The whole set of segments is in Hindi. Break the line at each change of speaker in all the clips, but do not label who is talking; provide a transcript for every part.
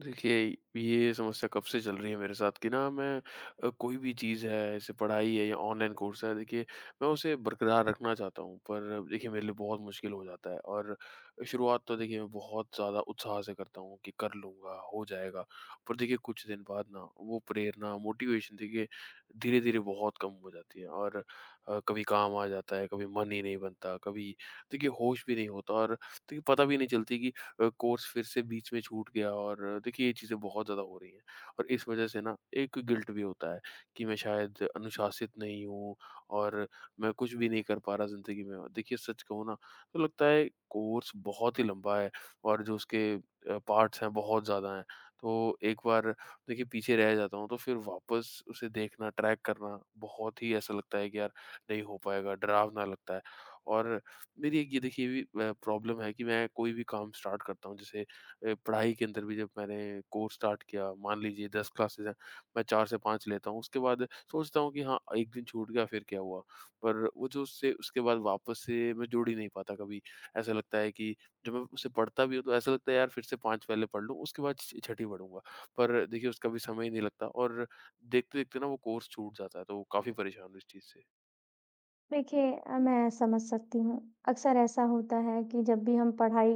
देखिए, ये समस्या कब से चल रही है मेरे साथ कि ना मैं कोई भी चीज़ है जैसे पढ़ाई है या ऑनलाइन कोर्स है देखिए मैं उसे बरकरार रखना चाहता हूँ पर देखिए मेरे लिए बहुत मुश्किल हो जाता है। और शुरुआत तो देखिए मैं बहुत ज़्यादा उत्साह से करता हूँ कि कर लूँगा, हो जाएगा। पर देखिए कुछ दिन बाद ना वो प्रेरणा, मोटिवेशन देखिए धीरे-धीरे बहुत कम हो जाती है और कभी काम आ जाता है, कभी मन ही नहीं बनता, कभी देखिए होश भी नहीं होता और देखिए पता भी नहीं चलती कि कोर्स फिर से बीच में छूट गया और देखिए ये चीज़ें बहुत ज़्यादा हो रही हैं। और इस वजह से ना एक गिल्ट भी होता है कि मैं शायद अनुशासित नहीं हूँ और मैं कुछ भी नहीं कर पा रहा ज़िंदगी में। और देखिए सच कहूँ ना तो लगता है कोर्स बहुत ही लंबा है और जो उसके पार्ट्स हैं बहुत ज़्यादा हैं। तो एक बार देखिए पीछे रह जाता हूँ तो फिर वापस उसे देखना, ट्रैक करना बहुत ही ऐसा लगता है कि यार नहीं हो पाएगा, डरावना लगता है। और मेरी एक ये देखिए भी प्रॉब्लम है कि मैं कोई भी काम स्टार्ट करता हूँ, जैसे पढ़ाई के अंदर भी जब मैंने कोर्स स्टार्ट किया, मान लीजिए 10 क्लासेस हैं, मैं 4 से 5 लेता हूँ, उसके बाद सोचता हूँ कि हाँ, एक दिन छूट गया, फिर क्या हुआ। पर वो जो उससे उसके बाद वापस से मैं जुड़ ही नहीं पाता कभी। ऐसा लगता है कि जब मैं उसे पढ़ता भी हूँ तो ऐसा लगता है यार फिर से पाँच पहले पढ़ लूँ, उसके बाद छठी पढ़ूंगा। पर देखिए उसका भी समय ही नहीं लगता और देखते देखते ना वो कोर्स छूट जाता है, तो काफ़ी परेशान हूँ इस चीज़ से।
देखिए मैं समझ सकती हूँ। अक्सर ऐसा होता है कि जब भी हम पढ़ाई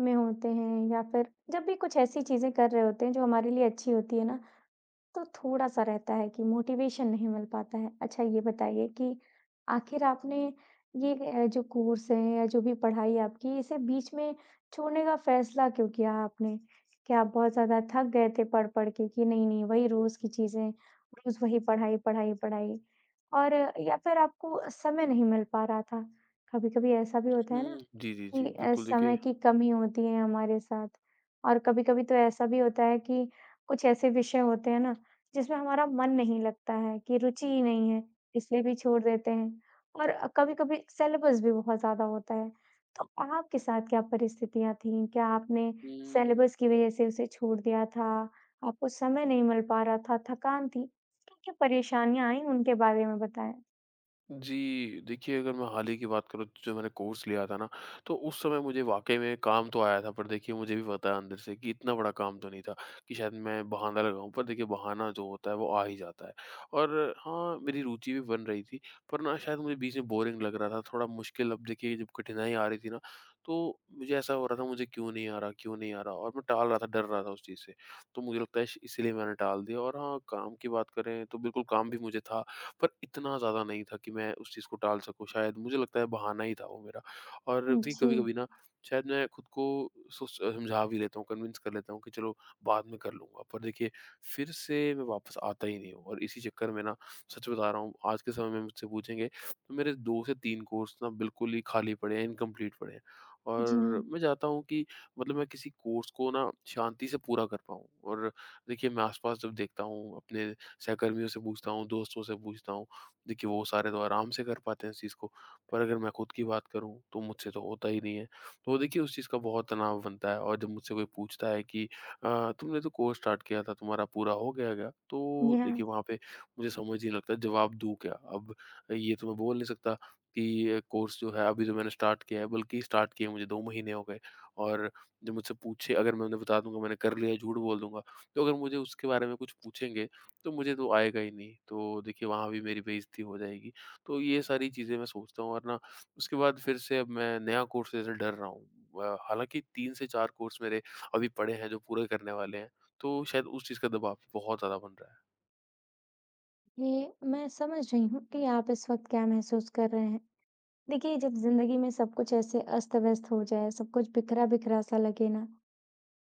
में होते हैं या फिर जब भी कुछ ऐसी चीज़ें कर रहे होते हैं जो हमारे लिए अच्छी होती है ना, तो थोड़ा-सा रहता है कि मोटिवेशन नहीं मिल पाता है। अच्छा ये बताइए कि आखिर आपने ये जो कोर्स है या जो भी पढ़ाई आपकी इसे बीच में छोड़ने का फ़ैसला क्यों किया आपने? क्या आप बहुत ज़्यादा थक गए थे पढ़-पढ़ के कि नहीं-नहीं वही रोज़ की चीज़ें, रोज़ वही पढ़ाई, पढ़ाई, पढ़ाई? और या फिर आपको समय नहीं मिल पा रहा था? कभी-कभी ऐसा भी होता है ना
हम्म, जी जी
कि
जी, बिल्कुल। देखिए,
समय की कमी होती है हमारे साथ और कभी-कभी तो ऐसा भी होता है कि कुछ ऐसे विषय होते हैं ना जिसमें हमारा मन नहीं लगता है कि रुचि ही नहीं है, इसलिए भी छोड़ देते हैं और कभी-कभी सिलेबस भी बहुत ज़्यादा होता है। तो आपके साथ क्या परिस्थितियाँ थीं? क्या आपने
हम्म,
सिलेबस की वज़ह से उसे छोड़ दिया था? आपको समय नहीं मिल पा रहा था, थकान थी? क्या-क्या परेशानियाँ आईं उनके बारे में बताएँ?
जी, देखिए अगर मैं हाल ही की बात करूँ, जो मैंने कोर्स लिया था ना, तो उस समय मुझे वाक़ई में काम तो आया था, पर देखिए मुझे भी पता है अंदर से कि इतना बड़ा काम तो नहीं था कि शायद मैं बहाना लगाऊँ। पर देखिए बहाना जो होता है वो आ ही जाता है। और हाँ, मेरी रुचि भी बन रही थी, पर ना शायद मुझे बीच में बोरिंग लग रहा था, थोड़ा मुश्किल। अब देखिए जब कठिनाई आ रही थी ना, तो मुझे ऐसा हो रहा था मुझे क्यों नहीं आ रहा, क्यों नहीं आ रहा, और मैं टाल रहा था, डर रहा था उस चीज़ से। तो मुझे लगता है श इसीलिए मैंने टाल दिया। और हाँ, काम की बात करें तो बिल्कुल काम भी मुझे था, पर इतना ज़्यादा नहीं था कि मैं उस चीज़ को टाल सकूँ। शायद मुझे लगता है बहाना ही था वो मेरा। और देखिए
जी,
कभी-कभी ना शायद मैं खुद को समझा भी लेता हूँ, कन्विंस कर लेता हूँ कि चलो बाद में कर लूँगा। पर देखिए फिर से मैं वापस आता ही नहीं हूँ, और इसी चक्कर में ना सच बता रहा हूँ, आज के समय में मुझसे पूछेंगे तो मेरे 2 से 3 कोर्स ना बिल्कुल ही खाली पड़े हैं, इनकम्प्लीट पड़े हैं।
जी
और
हाँ।
मैं चाहता हूँ कि मतलब मैं किसी कोर्स को ना शांति से पूरा कर पाऊँ। और देखिए मैं आस-पास जब देखता हूँ, अपने सहकर्मियों से पूछता हूँ, दोस्तों से पूछता हूँ। देखिए वो सारे तो आराम से कर पाते हैं इस चीज़ को, पर अगर मैं खुद की बात करूँ तो मुझसे तो होता ही नहीं है। तो देखिए उस चीज़ का बहुत तनाव बनता है। और जब मुझसे कोई पूछता है कि तुमने तो कोर्स स्टार्ट किया था, तुम्हारा पूरा हो गया क्या? तो
जी हाँ।
देखिए वहाँ पे मुझे समझ ही नहीं लगता जवाब दूँ क्या। अब ये तो मैं बोल नहीं सकता कि ये कोर्स जो है अभी तो मैंने स्टार्ट किया है, बल्कि स्टार्ट किए मुझे 2 महीने हो गए। और जब मुझसे पूछे, अगर मैं उन्हें बता दूँगा मैंने कर लिया, झूठ बोल दूँगा। तो अगर मुझे उसके बारे में कुछ पूछेंगे तो मुझे तो आएगा ही नहीं। तो देखिए वहाँ भी मेरी बेइज़्ती हो जाएगी। तो ये सारी चीज़ें मैं सोचता हूँ, वरना उसके बाद फिर से अब मैं नया कोर्स लेने से डर रहा हूँ। हालाँकि 3 से 4 कोर्स मेरे अभी पड़े हैं जो पूरे करने वाले हैं। तो शायद उस चीज़ का दबाव बहुत ज़्यादा बन रहा है।
ये मैं समझ रही हूँ कि आप इस वक़्त क्या महसूस कर रहे हैं। देखिए, जब ज़िंदगी में सब कुछ ऐसे अस्त-व्यस्त हो जाए, सब कुछ बिखरा-बिखरा सा लगे ना,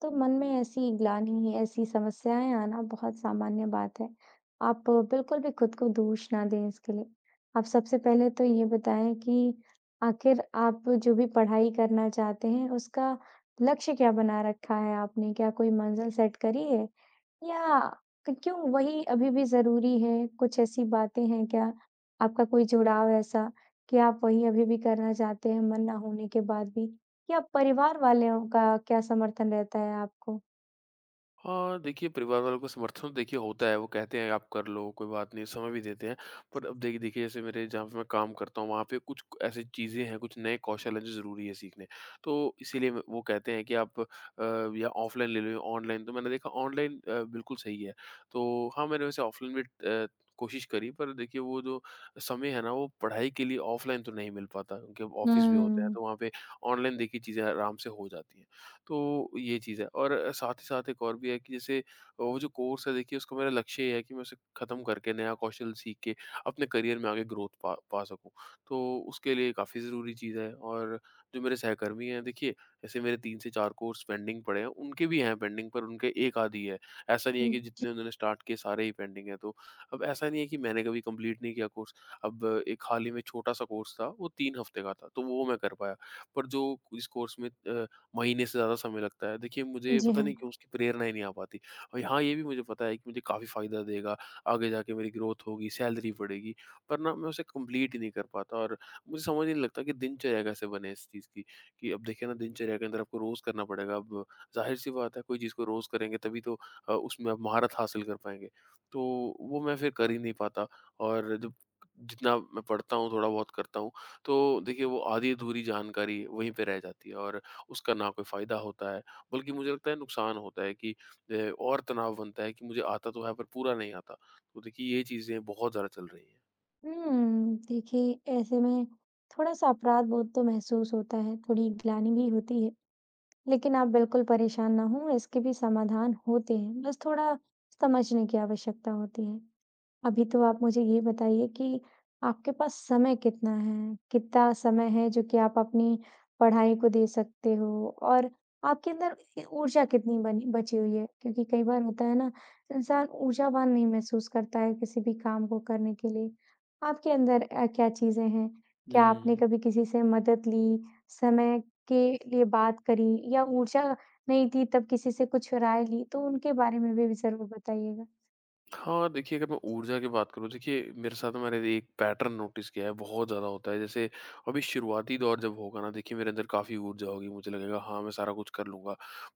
तो मन में ऐसी ग्लानि, ऐसी समस्याएँ आना बहुत सामान्य बात है। आप बिल्कुल भी खुद को दोष ना दें इसके लिए। आप सबसे पहले तो ये बताएँ कि आखिर आप जो भी पढ़ाई करना चाहते हैं, उसका लक्ष्य क्या बना रखा है आपने? क्या कोई मंज़िल सेट करी है? या क क्यों वही अभी भी ज़रूरी है? कुछ ऐसी बातें हैं क्या? आपका कोई जुड़ाव ऐसा कि आप वही अभी भी करना चाहते हैं मन ना होने के बाद भी? या परिवार वालों का क्या समर्थन रहता है आपको?
हाँ, देखिए परिवार वालों का समर्थन तो देखिए होता है, वो कहते हैं आप कर लो, कोई बात नहीं, समय भी देते हैं। पर अब देखिए देखिए जैसे मेरे जहाँ पे मैं काम करता हूँ, वहाँ पे कुछ ऐसी चीज़ें हैं, कुछ नए कौशल हैं जो ज़रूरी है सीखने। तो इसीलिए मैं वो कहते हैं कि आप या ऑफ़लाइन ले लो या ऑनलाइन, तो मैंने देखा ऑनलाइन बिल्कुल सही है। तो हाँ, मैंने वैसे ऑफ़लाइन भी अ, कोशिश करी, पर देखिए वो जो समय है ना, वो पढ़ाई के लिए ऑफ़लाइन तो नहीं मिल पाता, क्योंकि अब ऑफ़िस भी होते हैं,
हुँ।
तो वहाँ पे ऑनलाइन देखिए चीज़ें आराम से हो जाती हैं। तो ये चीज़ है, और साथ ही साथ एक और भी है कि जैसे वो जो कोर्स है देखिए उसका मेरा लक्ष्य ये है कि मैं उसे ख़त्म करके नया कौशल सीख के अपने करियर में आगे ग्रोथ पा पा सकूँ। तो उसके लिए काफ़ी ज़रूरी चीज़ है। और जो मेरे सहकर्मी हैं देखिए, ऐसे मेरे 3 से 4 कोर्स पेंडिंग पड़े हैं, उनके भी हैं पेंडिंग, पर उनके 1 आध ही है। ऐसा नहीं है कि
जी,
जितने उन्होंने स्टार्ट किए सारे ही पेंडिंग हैं। तो अब ऐसा नहीं है कि मैंने कभी कंप्लीट नहीं किया कोर्स। अब एक हाल ही में छोटा-सा कोर्स था, वो 3 हफ्ते का था, तो वो मैं कर पाया। पर जो इस कोर्स में महीने से ज़्यादा समय लगता है। देखिए मुझे
जी
पता नहीं क्यों
हाँ।
उसकी प्रेरणा ही नहीं आ पाती। और हाँ, ये भी मुझे पता है कि मुझे काफ़ी फ़ायदा देगा, आगे जाके मेरी ग्रोथ होगी, सैलरी बढ़ेगी, पर ना मैं उसे कंप्लीट ही नहीं कर पाता। और मुझे समझ ही नहीं लगता कि दिनचर्या कैसे बने इस चीज़ की। कि अब देखिए ना दिनचर्या के अंदर आपको रोज़ करना पड़ेगा। अब ज़ाहिर-सी बात है कोई चीज़ को रोज़ करेंगे तभी तो उसमें आप महारत हासिल कर पाएँगे। तो वो मैं फिर कर ही नहीं पाता। और जब जितना मैं पढ़ता हूँ, थोड़ा बहुत करता हूँ, तो देखिए वो आधी-अधूरी जानकारी वहीं पे रह जाती है और उसका ना कोई फ़ायदा होता है, बल्कि मुझे लगता है नुकसान होता है कि और तनाव बनता है कि मुझे आता तो है पर पूरा नहीं आता। तो देखिए ये चीज़ें बहुत ज़्यादा चल रही हैं।
हुँ, देखिए ऐसे में थोड़ा-सा अपराध-बोध तो महसूस होता है, थोड़ी ग्लानि भी होती है। लेकिन आप बिल्कुल परेशान ना हों, इसके भी समाधान होते हैं, बस थोड़ा समझने की आवश्यकता होती है। अभी तो आप मुझे ये बताइए कि आपके पास समय कितना है? कितना समय है जो कि आप अपनी पढ़ाई को दे सकते हो और आपके अंदर ए ऊर्जा कितनी बनी बची हुई है? क्योंकि कई बार होता है ना, इंसान ऊर्जावान नहीं महसूस करता है किसी भी काम को करने के लिए। आपके अंदर क्या चीज़ें हैं? क्या आपने
हुँ।
कभी किसी से मदद ली? समय के लिए बात करी या ऊर्जा नहीं थी तब किसी से कुछ राय ली, तो उनके बारे में भी ज़रूर बताइएगा?
हाँ, देखिए, अगर मैं ऊर्जा की बात करूँ, देखिए, मेरे साथ ना मैंने एक पैटर्न नोटिस किया है, बहुत ज़्यादा होता है। जैसे अभी शुरुआती दौर जब होगा ना, देखिए, मेरे अंदर काफ़ी ऊर्जा होगी, मुझे लगेगा, हाँ, मैं सारा कुछ कर लूँगा।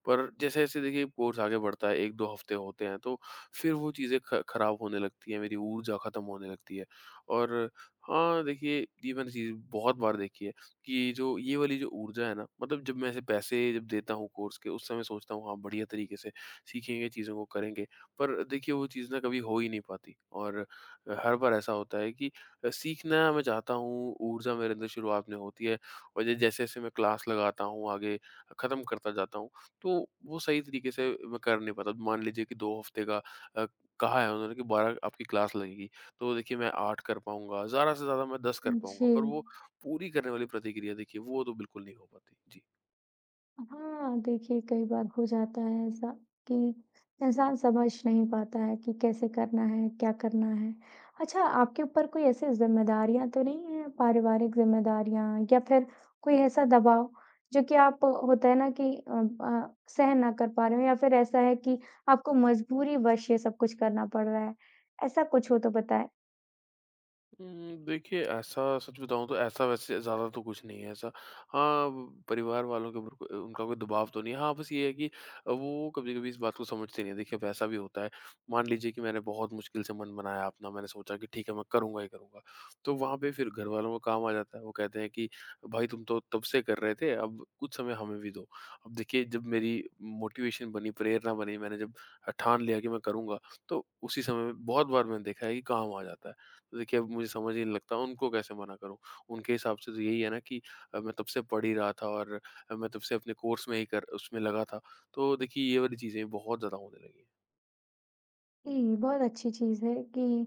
पर जैसे-जैसे, देखिए, कोर्स आगे बढ़ता है, 1-2 हफ़्ते होते हैं, तो फिर वो चीज़ें ख खराब होने लगती हैं, मेरी ऊर्जा खत्म होने लगती है। और हाँ, देखिए, ये मैंने चीज़ बहुत बार देखी है कि जो ये वाली जो ऊर्जा है ना, मतलब जब मैं ऐसे पैसे जब देता हूँ कोर्स के, उस समय सोचता हूँ, हाँ, बढ़िया तरीके से सीखेंगे, चीज़ों को करेंगे। पर देखिए वो चीज़ ना कभी हो ही नहीं पाती। और हर बार ऐसा होता है कि सीखना मैं चाहता हूँ, ऊर्जा मेरे अंदर शुरुआत में होती है और ज जैसे-जैसे मैं क्लास लगाता हूँ, आगे खत्म करता जाता हूँ, तो वो सही तरीके से मैं कर नहीं पाता। मान लीजिए कि 2 हफ्ते का अ, कहा है उन्होंने कि 12 आपकी क्लास लगेगी, तो देखिए मैं 8 कर पाऊँगा, ज़्यादा से ज़्यादा मैं 10 कर पाऊँगा,
जी।
पर वो पूरी करने वाली प्रतिक्रिया देखिए वो तो बिल्कुल नहीं हो पाती। जी।
हाँ, देखिए कई बार हो जाता है ऐसा कि इंसान समझ नहीं पाता है कि कैसे करना है, क्या करना है। अच्छा, आपके ऊपर कोई ऐसी ज़िम्मेदारियाँ तो नहीं हैं, पारिवारिक ज़िम्मेदारियाँ या फिर कोई ऐसा दबाव जो कि आप होता है ना कि सहन ना कर पा रहे हो या फिर ऐसा है कि आपको मजबूरीवश ये सब कुछ करना पड़ रहा है? ऐसा कुछ हो तो बताएँ।
देखिए ऐसा सच बताऊँ तो ऐसा वैसे ज़्यादा तो कुछ नहीं है ऐसा। हाँ, वो परिवार वालों के ऊपर को उनका कोई दबाव तो नहीं है। हाँ, बस ये है कि वो कभी-कभी इस बात को समझते नहीं हैं। देखिए अब ऐसा भी होता है, मान लीजिए कि मैंने बहुत मुश्किल से मन बनाया अपना, मैंने सोचा कि ठीक है मैं करूँगा ही करूँगा। तो वहाँ पे फिर घर वालों का काम आ जाता है। वो कहते हैं कि भाई तुम तो तब से कर रहे थे, अब कुछ समय हमें भी दो। अब देखिए जब मेरी मोटिवेशन बनी, प्रेरणा बनी, मैंने जब ठान लिया कि मैं करूँगा, तो उसी समय बहुत बार मैंने देखा है कि काम आ जाता है। देखिए, अब मुझे समझ ही नहीं लगता उनको कैसे मना करूँ। उनके हिसाब से तो यही है ना कि मैं तब से पढ़ ही रहा था, और मैं तब से अपने कोर्स में ही कर उसमें लगा था। तो देखिए ये वाली चीज़ें बहुत ज़्यादा होने लगी हैं।
जी, बहुत अच्छी चीज़ है कि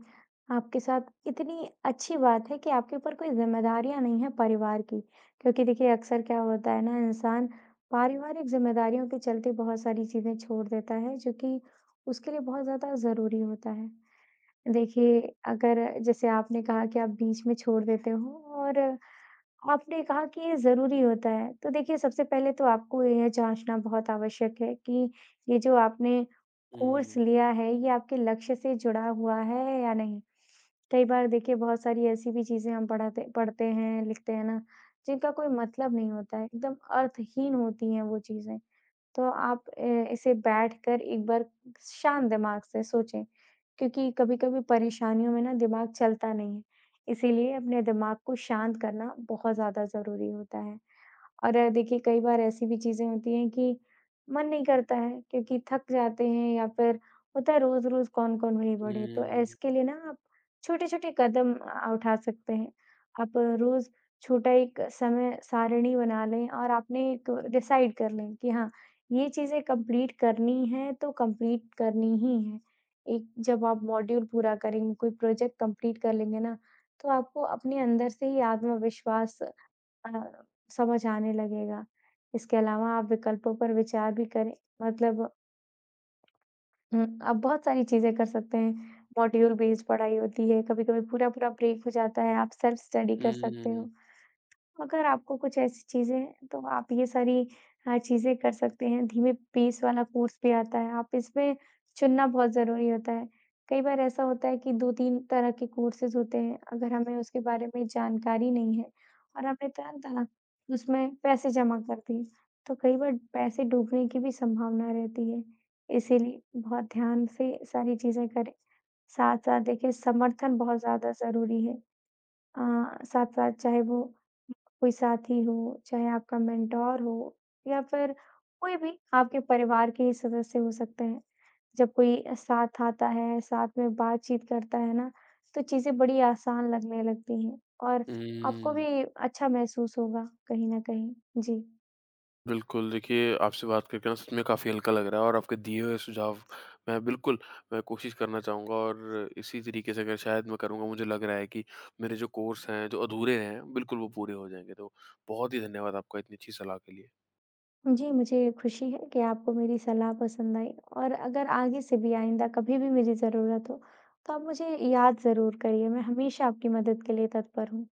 आपके साथ इतनी अच्छी बात है कि आपके ऊपर कोई ज़िम्मेदारियाँ नहीं है परिवार की। क्योंकि देखिए अक्सर क्या होता है ना इंसान पारिवारिक ज़िम्मेदारियों के चलते बहुत सारी चीज़ें छोड़ देता है जो कि उसके लिए बहुत ज़्यादा ज़रूरी होता है। देखिए, अगर जैसे आपने कहा कि आप बीच में छोड़ देते हो और आपने कहा कि ये ज़रूरी होता है। तो देखिए, सबसे पहले तो आपको यह जाँचना बहुत आवश्यक है कि ये जो आपने कोर्स
हुँ,
लिया है, ये आपके लक्ष्य से जुड़ा हुआ है या नहीं? कई बार देखिए बहुत सारी ऐसी भी चीज़ें हम पढ़ाते पढ़ते हैं, लिखते हैं ना, जिनका कोई मतलब नहीं होता है, एकदम अर्थहीन होती हैं वो चीज़ें। तो आप इसे बैठकर एक बार शांत दिमाग से सोचें, क्योंकि कभी-कभी परेशानियों में ना दिमाग चलता नहीं है, इसीलिए अपने दिमाग को शांत करना बहुत ज़्यादा ज़रूरी होता है। और देखिए कई बार ऐसी भी चीज़ें होती हैं कि मन नहीं करता है क्योंकि थक जाते हैं या फिर होता है रोज़-रोज़ कौन-कौन वही बढ़े। तो
हुँ,
इसके लिए ना आप छोटे-छोटे कदम उठा सकते हैं। आप रोज़ छोटा एक समय सारिणी बना लें और आपने एक डिसाइड कर लें कि हाँ, ये चीज़ें कंप्लीट करनी है तो कंप्लीट करनी ही है। एक जब आप मॉड्यूल पूरा करेंगे, कोई प्रोजेक्ट कंप्लीट कर लेंगे ना, तो आपको अपने अंदर से ही आत्मविश्वास अ, समझ आने लगेगा। इसके अलावा आप विकल्पों पर विचार भी करें, मतलब आप बहुत सारी चीज़ें कर सकते हैं। मॉड्यूल बेस्ड पढ़ाई होती है, कभी-कभी पूरा-पूरा ब्रेक हो जाता है, आप सेल्फ स्टडी कर सकते हो।
हुँ,
अगर आपको कुछ ऐसी चीज़ें तो आप ये सारी चीज़ें कर सकते हैं। धीमे पेस वाला कोर्स भी आता है, आप इसमें चुनना बहुत ज़रूरी होता है। कई बार ऐसा होता है कि 2-3 तरह के कोर्सेज़ होते हैं, अगर हमें उसके बारे में जानकारी नहीं है और हमने तुरंत ना उसमें पैसे जमा कर दिए, तो कई बार पैसे डूबने की भी संभावना रहती है। इसीलिए बहुत ध्यान से सारी चीज़ें करें। साथ-साथ देखिए समर्थन बहुत ज़्यादा ज़रूरी है। अ, साथ-साथ चाहे वो कोई साथी हो, चाहे आपका मेंटोर हो या फिर कोई भी आपके परिवार के ही सदस्य हो सकते हैं। जब कोई साथ आता है, साथ में बातचीत करता है ना, तो चीज़ें बड़ी आसान लगने लगती हैं और आपको
हुँ।
भी अच्छा महसूस होगा कहीं न कहीं। जी।
बिल्कुल, देखिए आपसे बात करके ना सच में काफ़ी हल्का लग रहा है, और आपके दिए हुए सुझाव मैं बिल्कुल मैं कोशिश करना चाहूँगा। और इसी तरीके से अगर शायद मैं करूँगा, मुझे लग रहा है कि मेरे जो कोर्स हैं, जो अधूरे हैं, बिल्कुल वो पूरे हो जाएँगे। तो बहुत ही धन्यवाद आपका इतनी अच्छी सलाह के लिए।
जी, मुझे खुशी है कि आपको मेरी सलाह पसंद आई और अगर आगे से भी आइंदा कभी भी मेरी ज़रूरत हो, तो आप मुझे याद ज़रूर करिए। मैं हमेशा आपकी मदद के लिए तत्पर हूँ।